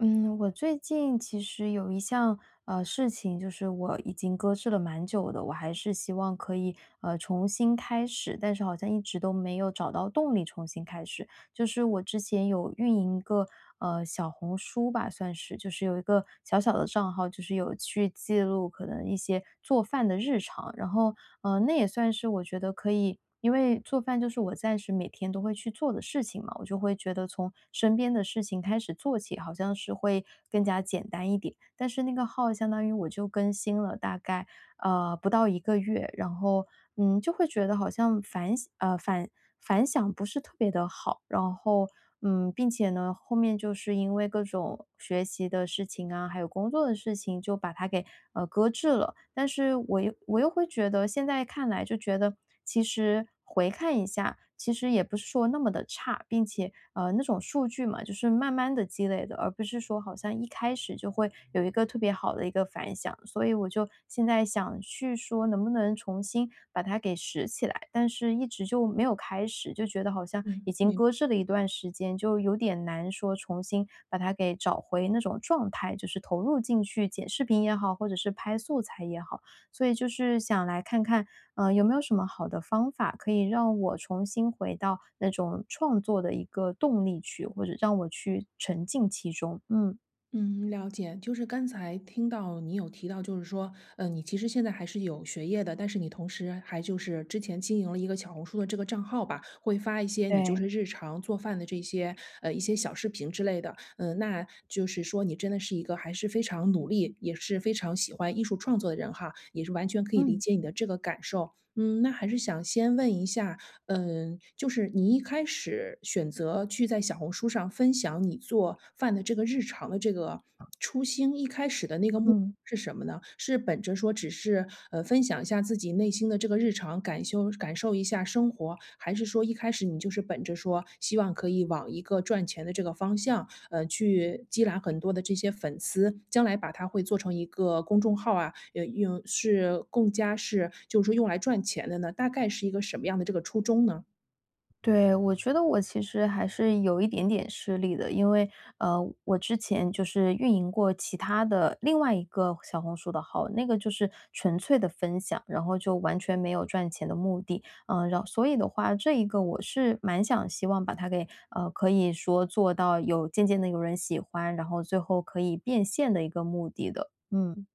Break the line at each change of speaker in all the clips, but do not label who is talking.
嗯，我最近其实有一项事情，就是我已经搁置了蛮久的，我还是希望可以重新开始，但是好像一直都没有找到动力重新开始。就是我之前有运营一个小红书吧，算是就是有一个小小的账号，就是有去记录可能一些做饭的日常，然后那也算是我觉得可以。因为做饭就是我暂时每天都会去做的事情嘛，我就会觉得从身边的事情开始做起，好像是会更加简单一点。但是那个号相当于我就更新了大概不到一个月，然后，就会觉得好像反省呃，反反响不是特别的好。然后，并且呢，后面就是因为各种学习的事情啊，还有工作的事情，就把它给，搁置了。但是我又会觉得现在看来就觉得，其实回看一下其实也不是说那么的差，并且，那种数据嘛，就是慢慢的积累的，而不是说好像一开始就会有一个特别好的一个反响。所以我就现在想去说能不能重新把它给拾起来，但是一直就没有开始，就觉得好像已
嗯，
经
明
搁置了一段时间，就有点难说重新把它给找回那种状态，就是投入进去剪视频也好，或者是拍素材也好。所以就是想来看看有没有什么好的方法可以让我重新回到那种创作的一个动力去，或者让我去沉浸其中？嗯，
嗯，了解。就是刚才听到你有提到，就是说，你其实现在还是有学业的，但是你同时还就是之前经营了一个小红书的这个账号吧，会发一些你就是
对，
日常做饭的这些一些小视频之类的。嗯、那就是说你真的是一个还是非常努力，也是非常喜欢艺术创作的人哈，也是完全可以理
嗯
解你的这个感受。嗯，那还是想先问一下，嗯，就是你一开始选择去在小红书上分享你做饭的这个日常的这个
嗯。
是什么呢？是本着说只是，分享一下自己内心的这个日常感受，感受一下生活，还是说一开始你就是本着说希望可以往一个赚钱的这个方向，去积攒很多的这些粉丝，将来把它会做成一个公众号啊，用是更加是就是说用来赚钱的呢？大概是一个什么样的这个初衷呢？
对，我觉得我其实还是有一点点失利的，因为呃，我之前就是运营过其他的另外一个小红书的号，那个就是纯粹的分享，然后就完全没有赚钱的目的，然后所以的话，这一个我是蛮想希望把它给可以说做到有渐渐的有人喜欢，然后最后可以变现的一个目的的，嗯，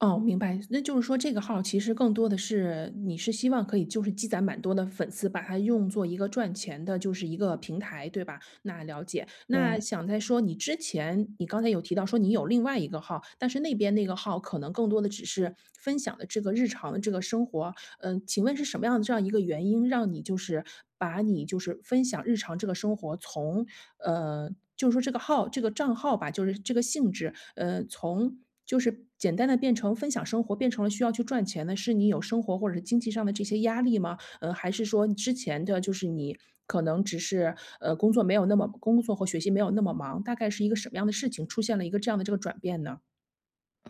哦，明白。那就是说这个号其实更多的是你是希望可以就是积攒蛮多的粉丝，把它用作一个赚钱的，就是一个平台，对吧？那了解。那
对。
想再说，你之前你刚才有提到说你有另外一个号，但是那边那个号可能更多的只是分享的这个日常的这个生活，嗯，请问是什么样的这样一个原因，让你就是把你就是分享日常这个生活从，呃，就是说这个号这个账号吧，就是这个性质，从就是简单的变成分享生活，变成了需要去赚钱的，是你有生活或者是经济上的这些压力吗？还是说之前的就是你可能只是，工作没有那么工作和学习没有那么忙，大概是一个什么样的事情，出现了一个这样的这个转变呢？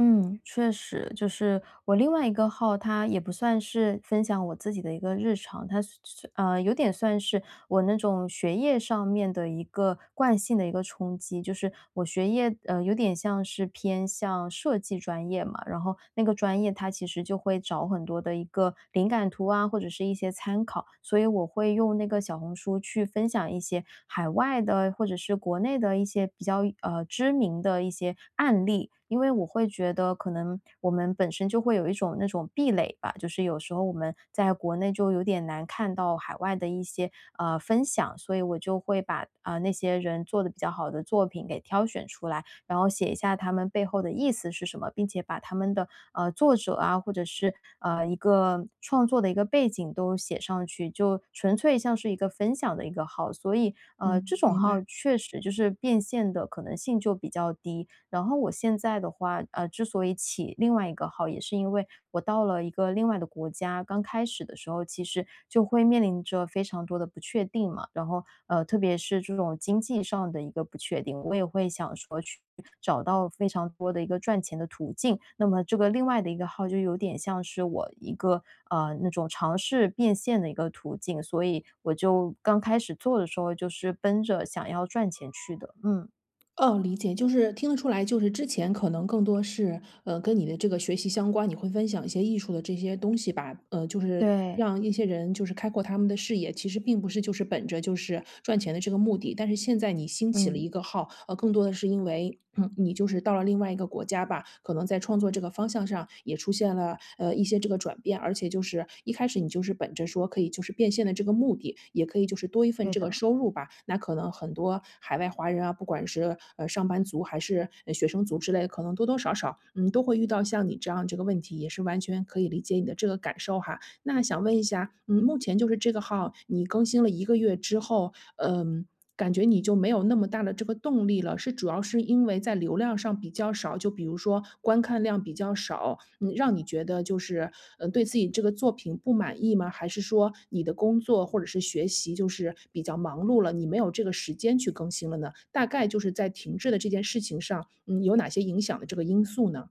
嗯，确实，就是我另外一个号，它也不算是分享我自己的一个日常，它是有点算是我那种学业上面的一个惯性的一个冲击。就是我学业有点像是偏向设计专业嘛，然后那个专业它其实就会找很多的一个灵感图啊，或者是一些参考，所以我会用那个小红书去分享一些海外的或者是国内的一些比较知名的一些案例，因为我会觉得可能我们本身就会有一种那种壁垒吧，就是有时候我们在国内就有点难看到海外的一些分享，所以我就会把那些人做的比较好的作品给挑选出来，然后写一下他们背后的意思是什么，并且把他们的作者啊，或者是一个创作的一个背景都写上去，就纯粹像是一个分享的一个号。所以，
嗯。
这种
明
号
白。
确实就是变现的可能性就比较低。然后我现在的话，之所以起另外一个号，也是因为我到了一个另外的国家，刚开始的时候其实就会面临着非常多的不确定嘛。然后，特别是这种经济上的一个不确定，我也会想说去找到非常多的一个赚钱的途径。那么这个另外的一个号就有点像是我一个，那种尝试变现的一个途径，所以我就刚开始做的时候就是奔着想要赚钱去的。嗯，
哦，理解，就是听得出来，就是之前可能更多是，跟你的这个学习相关，你会分享一些艺术的这些东西吧，就是
对，
让一些人就是开阔他们的视野，其实并不是就是本着就是赚钱的这个目的，但是现在你兴起了
嗯，
一个号，更多的是因为嗯，你就是到了另外一个国家吧，可能在创作这个方向上也出现了一些这个转变，而且就是一开始你就是本着说可以就是变现的这个目的，也可以就是多一份
对
这个
的。
收入吧。那可能很多海外华人啊，不管是上班族还是学生族之类的，可能多多少少嗯都会遇到像你这样这个问题，也是完全可以理解你的这个感受哈。那想问一下，嗯，目前就是这个号你更新了一个月之后，嗯，感觉你就没有那么大的这个动力了，是主要是因为在流量上比较少，就比如说观看量比较少，嗯，让你觉得就是，嗯对自己这个作品不满意吗？还是说你的工作或者是学习就是比较忙碌了，你没有这个时间去更新了呢？大概就是在停滞的这件事情上，嗯，有哪些影响的这个因素呢？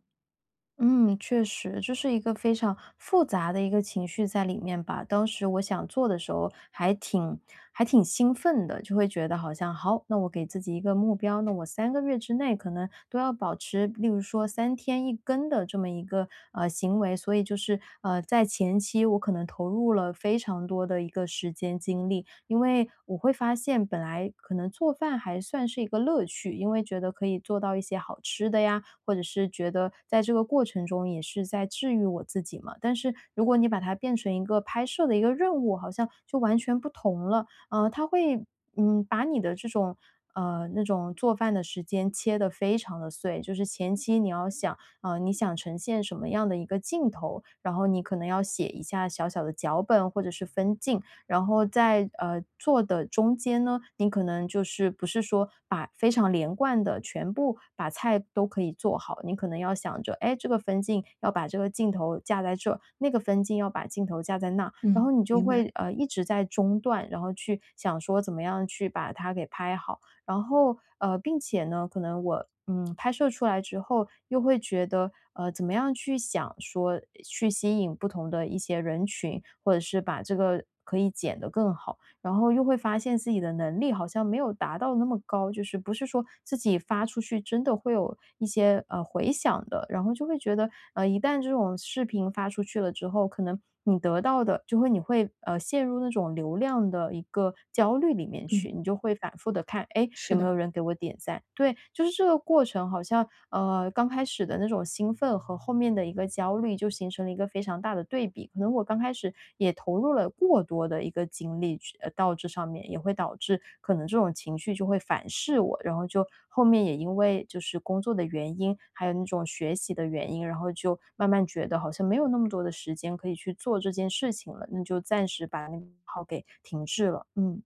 嗯，确实，这是一个非常复杂的一个情绪在里面吧。当时我想做的时候，还挺兴奋的，就会觉得好像好，那我给自己一个目标，那我三个月之内可能都要保持，例如说三天一根的这么一个行为。所以就是在前期我可能投入了非常多的一个时间精力，因为我会发现本来可能做饭还算是一个乐趣，因为觉得可以做到一些好吃的呀，或者是觉得在这个过程中也是在治愈我自己嘛。但是如果你把它变成一个拍摄的一个任务，好像就完全不同了。它会把你的这种那种做饭的时间切得非常的碎，就是前期你要想，你想呈现什么样的一个镜头，然后你可能要写一下小小的脚本或者是分镜，然后在做的中间呢，你可能就是不是说把非常连贯的全部把菜都可以做好，你可能要想着，哎，这个分镜要把这个镜头架在这，那个分镜要把镜头架在那，然后
嗯，
你就
明
会
白，
一直在中断，然后去想说怎么样去把它给拍好。然后，并且呢，可能我，拍摄出来之后，又会觉得，怎么样去想说去吸引不同的一些人群，或者是把这个可以剪得更好。然后又会发现自己的能力好像没有达到那么高，就是不是说自己发出去真的会有一些回响的，然后就会觉得一旦这种视频发出去了之后，可能你得到的你会陷入那种流量的一个焦虑里面去，
嗯，
你就会反复的看，哎，
是
有没
的。
有人给我点赞？对，就是这个过程好像刚开始的那种兴奋和后面的一个焦虑就形成了一个非常大的对比。可能我刚开始也投入了过多的一个精力去到这上面，也会导致可能这种情绪就会反噬我，然后就后面也因为就是工作的原因，还有那种学习的原因，然后就慢慢觉得好像没有那么多的时间可以去做这件事情了，那就暂时把那个号给停滞了。嗯，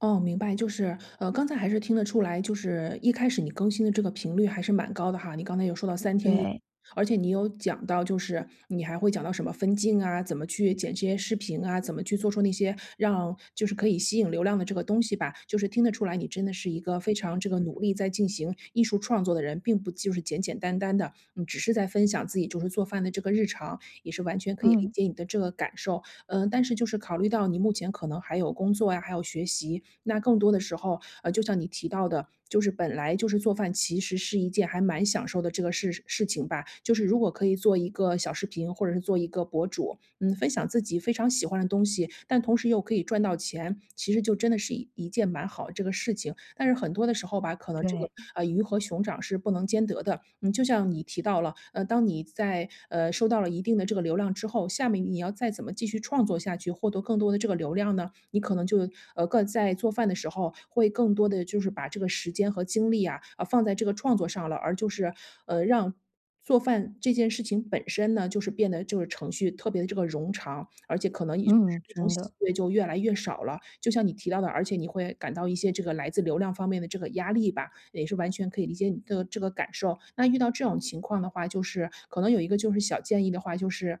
哦，明白，就是，刚才还是听得出来，就是一开始你更新的这个频率还是蛮高的哈。你刚才有说到三天一，
对，
而且你有讲到，就是你还会讲到什么分镜啊，怎么去剪这些视频啊，怎么去做出那些让就是可以吸引流量的这个东西吧。就是听得出来，你真的是一个非常这个努力在进行艺术创作的人，并不就是简简单单的，嗯，只是在分享自己就是做饭的这个日常，也是完全可以理
嗯，
解你的这个感受。嗯，但是就是考虑到你目前可能还有工作呀，还有学习，那更多的时候，就像你提到的，就是本来就是做饭其实是一件还蛮享受的这个事事情吧，就是如果可以做一个小视频，或者是做一个博主，嗯，分享自己非常喜欢的东西，西但同时又可以赚到钱，其实就真的是一一件蛮好的这个事情。但是很多的时候吧，可能这个，
对，
鱼和熊掌是不能兼得的。嗯，就像你提到了，当你在，收到了一定的这个流量之后，下面你要再怎么继续创作下去，获得更多的这个流量呢？你可能就更在做饭的时候会更多的就是把这个时间和精力啊，放在这个创作上了，而就是让。做饭这件事情本身呢，就是变得就是程序特别的这个冗长，而且可能也就是
嗯，
那种
真
喜
的，
悦就越来越少了。就像你提到的，而且你会感到一些这个来自流量方面的这个压力吧，也是完全可以理解你的这个感受。那遇到这种情况的话，就是可能有一个就是小建议的话，就是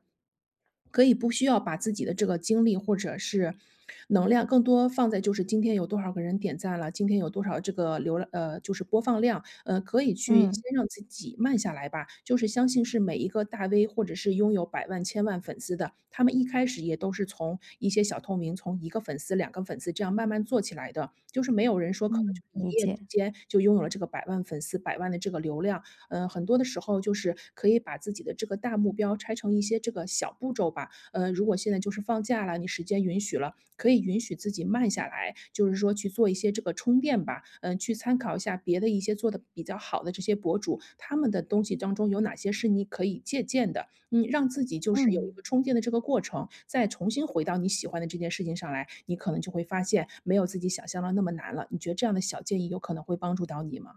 可以不需要把自己的这个精力或者是能量更多放在就是今天有多少个人点赞了，今天有多少这个流览就是播放量，可以去先
嗯，
让自己慢下来吧。就是相信是每一个大 V 或者是拥有百万、千万粉丝的，他们一开始也都是从一些小透明，从一个粉丝、两个粉丝这样慢慢做起来的。就是没有人说可能
嗯，
就
理
一夜之
解，
间就拥有了这个百万粉丝、百万的这个流量，嗯，很多的时候就是可以把自己的这个大目标拆成一些这个小步骤吧。嗯，如果现在就是放假了，你时间允许了，可以允许自己慢下来，就是说去做一些这个充电吧。嗯、去参考一下别的一些做的比较好的这些博主，他们的东西当中有哪些是你可以借鉴的。嗯，让自己就是有一
嗯。
个充电的这个过程，再重新回到你喜欢的这件事情上来，你可能就会发现没有自己想象的那么难了。你觉得这样的小建议有可能会帮助到你吗？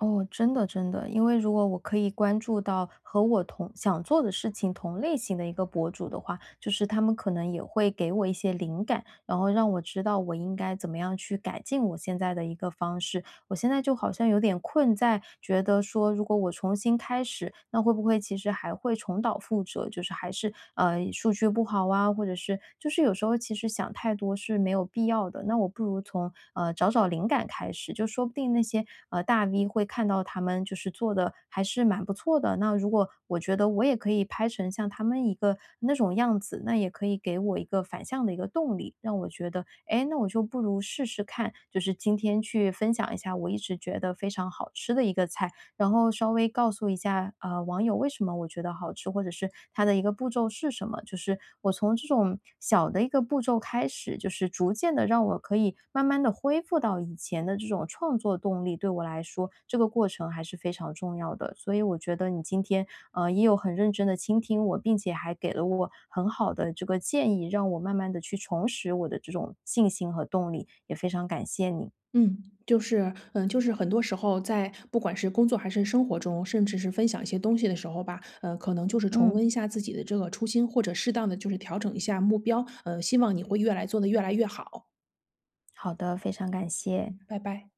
哦，真的真的，因为如果我可以关注到和我同想做的事情同类型的一个博主的话，就是他们可能也会给我一些灵感，然后让我知道我应该怎么样去改进我现在的一个方式。我现在就好像有点困在，觉得说如果我重新开始，那会不会其实还会重蹈覆辙？就是还是数据不好啊，或者是就是有时候其实想太多是没有必要的。那我不如从找找灵感开始，就说不定那些大 V 会看到他们就是做的还是蛮不错的，那如果我觉得我也可以拍成像他们一个那种样子，那也可以给我一个反向的一个动力，让我觉得，哎，那我就不如试试看，就是今天去分享一下我一直觉得非常好吃的一个菜，然后稍微告诉一下啊，网友为什么我觉得好吃，或者是它的一个步骤是什么。就是我从这种小的一个步骤开始，就是逐渐的让我可以慢慢的恢复到以前的这种创作动力，对我来说，这个过程还是非常重要的。所以我觉得你今天，也有很认真的倾听我，并且还给了我很好的这个建议，让我慢慢的去重拾我的这种信心和动力，也非常感谢你。
嗯，就是，嗯，就是很多时候在不管是工作还是生活中，甚至是分享一些东西的时候吧，可能就是重
嗯，
温一下自己的这个初心，或者适当的就是调整一下目标，希望你会越来做的越来越好，
好的，非常感谢。
拜拜。